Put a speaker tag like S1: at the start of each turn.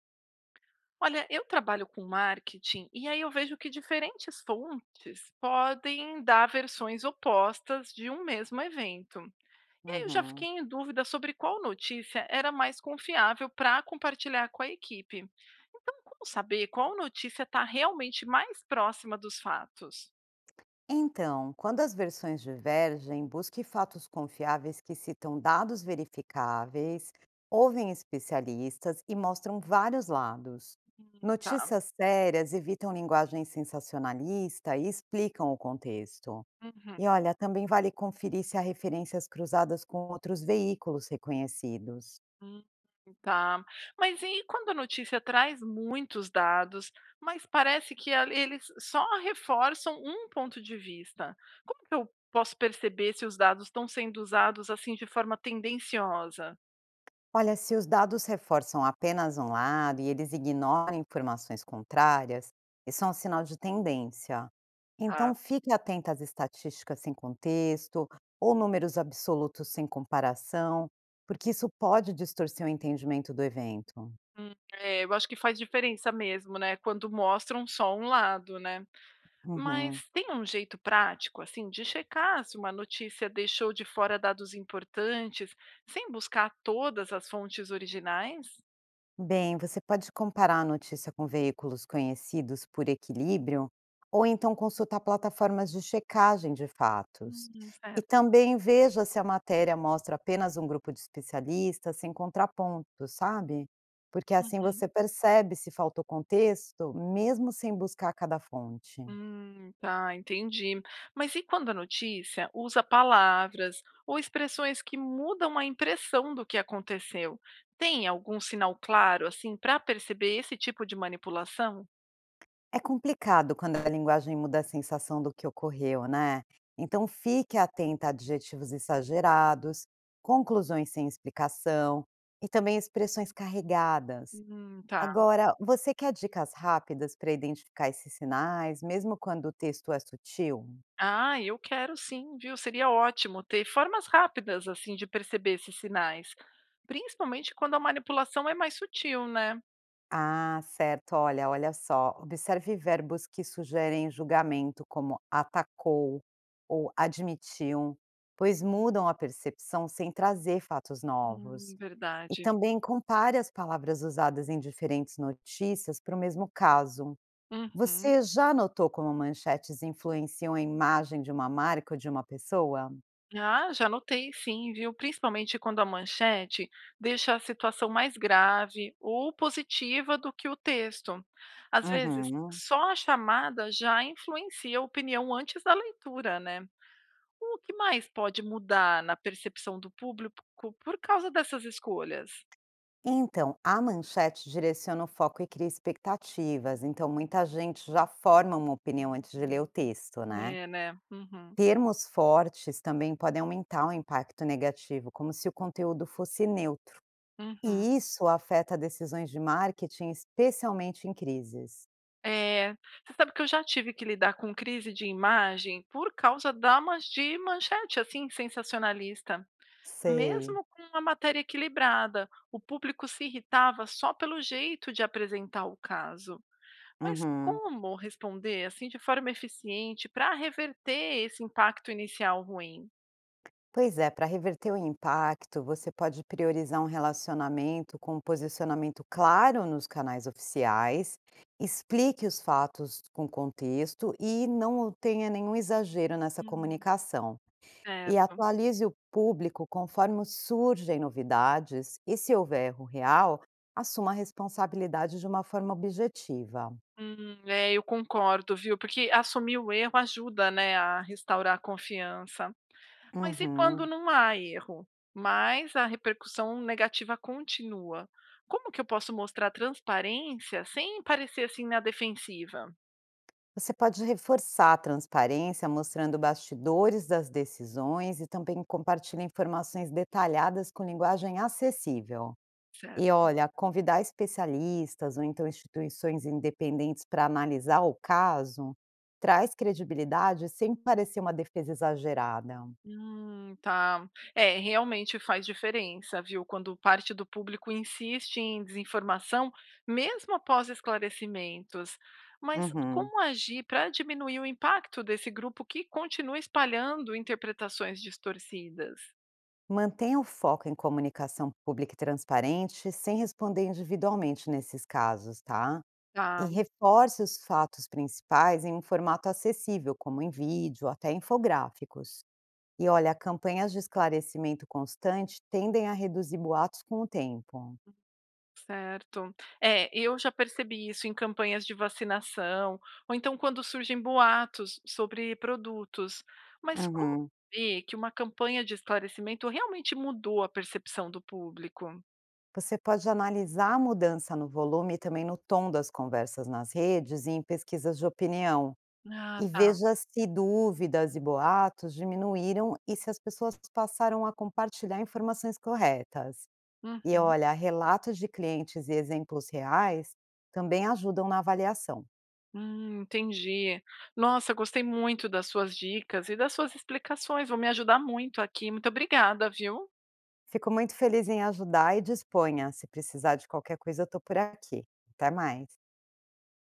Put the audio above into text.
S1: Olha, eu trabalho com marketing e aí eu vejo que diferentes fontes podem dar versões opostas de um mesmo evento. E aí eu já fiquei
S2: Uhum.
S1: em dúvida sobre qual notícia era mais confiável para compartilhar com a equipe. Então, como saber qual notícia está realmente mais próxima dos fatos?
S2: Então, quando as versões divergem, busque fatos confiáveis que citam dados verificáveis, ouvem especialistas e mostram vários lados.
S1: Tá.
S2: Notícias sérias evitam linguagem sensacionalista e explicam o contexto.
S1: Uhum.
S2: E olha, também vale conferir se há referências cruzadas com outros veículos reconhecidos.
S1: Tá. Mas e quando a notícia traz muitos dados, mas parece que eles só reforçam um ponto de vista? Como que eu posso perceber se os dados estão sendo usados assim de forma tendenciosa?
S2: Olha, se os dados reforçam apenas um lado e eles ignoram informações contrárias, isso é um sinal de tendência. Então,
S1: Tá.
S2: fique atento às estatísticas sem contexto ou números absolutos sem comparação, porque isso pode distorcer o entendimento do evento.
S1: É, eu acho que faz diferença mesmo, né? Quando mostram só um lado, né?
S2: Uhum.
S1: Mas tem um jeito prático, assim, de checar se uma notícia deixou de fora dados importantes, sem buscar todas as fontes originais?
S2: Bem, você pode comparar a notícia com veículos conhecidos por equilíbrio, ou então consultar plataformas de checagem de fatos. E
S1: Certo.
S2: também veja se a matéria mostra apenas um grupo de especialistas, sem contrapontos, sabe? Porque assim
S1: Uhum.
S2: você percebe se faltou contexto, mesmo sem buscar cada fonte.
S1: Tá, entendi. Mas e quando a notícia usa palavras ou expressões que mudam a impressão do que aconteceu? Tem algum sinal claro, assim, para perceber esse tipo de manipulação?
S2: É complicado quando a linguagem muda a sensação do que ocorreu, né? Então fique atenta a adjetivos exagerados, conclusões sem explicação e também expressões carregadas.
S1: Tá.
S2: Agora, você quer dicas rápidas para identificar esses sinais, mesmo quando o texto é sutil?
S1: Ah, eu quero sim, viu? Seria ótimo ter formas rápidas, assim, de perceber esses sinais. Principalmente quando a manipulação é mais sutil, né?
S2: Ah, certo. Olha, olha só. Observe verbos que sugerem julgamento, como atacou ou admitiu, pois mudam a percepção sem trazer fatos novos. E
S1: Verdade.
S2: também compare as palavras usadas em diferentes notícias para o mesmo caso.
S1: Uhum.
S2: Você já notou como manchetes influenciam a imagem de uma marca ou de uma pessoa?
S1: Ah, já notei sim, viu? Principalmente quando a manchete deixa a situação mais grave ou positiva do que o texto. Às vezes,
S2: Uhum.
S1: só a chamada já influencia a opinião antes da leitura, né? O que mais pode mudar na percepção do público por causa dessas escolhas?
S2: Então, a manchete direciona o foco e cria expectativas, então muita gente já forma uma opinião antes de ler o texto, né?
S1: É, né? Uhum.
S2: Termos fortes também podem aumentar o impacto negativo, como se o conteúdo fosse neutro.
S1: Uhum.
S2: E isso afeta decisões de marketing, especialmente em crises.
S1: É, você sabe que eu já tive que lidar com crise de imagem por causa da, de manchete assim sensacionalista.
S2: Sei.
S1: Mesmo com uma matéria equilibrada, o público se irritava só pelo jeito de apresentar o caso. Mas
S2: Uhum.
S1: como responder assim de forma eficiente para reverter esse impacto inicial ruim?
S2: Pois é, para reverter o impacto, você pode priorizar um relacionamento com um posicionamento claro nos canais oficiais, explique os fatos com contexto e não tenha nenhum exagero nessa
S1: Hum,
S2: comunicação. E
S1: certo.
S2: atualize o público conforme surgem novidades e, se houver erro real, assuma a responsabilidade de uma forma objetiva.
S1: É, eu concordo, viu? Porque assumir o erro ajuda, né, a restaurar a confiança. Mas e quando
S2: Uhum.
S1: não há erro, mas a repercussão negativa continua? Como que eu posso mostrar transparência sem parecer assim na defensiva?
S2: Você pode reforçar a transparência mostrando bastidores das decisões e também compartilha informações detalhadas com linguagem acessível. E
S1: Certo.
S2: olha, convidar especialistas ou então instituições independentes para analisar o caso traz credibilidade sem parecer uma defesa exagerada.
S1: Tá. É, realmente faz diferença, viu? Quando parte do público insiste em desinformação, mesmo após esclarecimentos. Mas
S2: Uhum.
S1: como agir para diminuir o impacto desse grupo que continua espalhando interpretações distorcidas?
S2: Mantenha o foco em comunicação pública e transparente, sem responder individualmente nesses casos, tá? E
S1: Tá.
S2: reforce os fatos principais em um formato acessível, como em vídeo, até infográficos. E olha, campanhas de esclarecimento constante tendem a reduzir boatos com o tempo.
S1: Certo. É, eu já percebi isso em campanhas de vacinação, ou então quando surgem boatos sobre produtos. Mas como
S2: Uhum.
S1: ver que uma campanha de esclarecimento realmente mudou a percepção do público?
S2: Você pode analisar a mudança no volume e também no tom das conversas nas redes e em pesquisas de opinião.
S1: Ah,
S2: E
S1: tá.
S2: veja se dúvidas e boatos diminuíram e se as pessoas passaram a compartilhar informações corretas. E
S1: Uhum.
S2: olha, relatos de clientes e exemplos reais também ajudam na avaliação.
S1: Entendi. Nossa, gostei muito das suas dicas e das suas explicações. Vão me ajudar muito aqui. Muito obrigada, viu?
S2: Fico muito feliz em ajudar e disponha. Se precisar de qualquer coisa, eu estou por aqui. Até mais.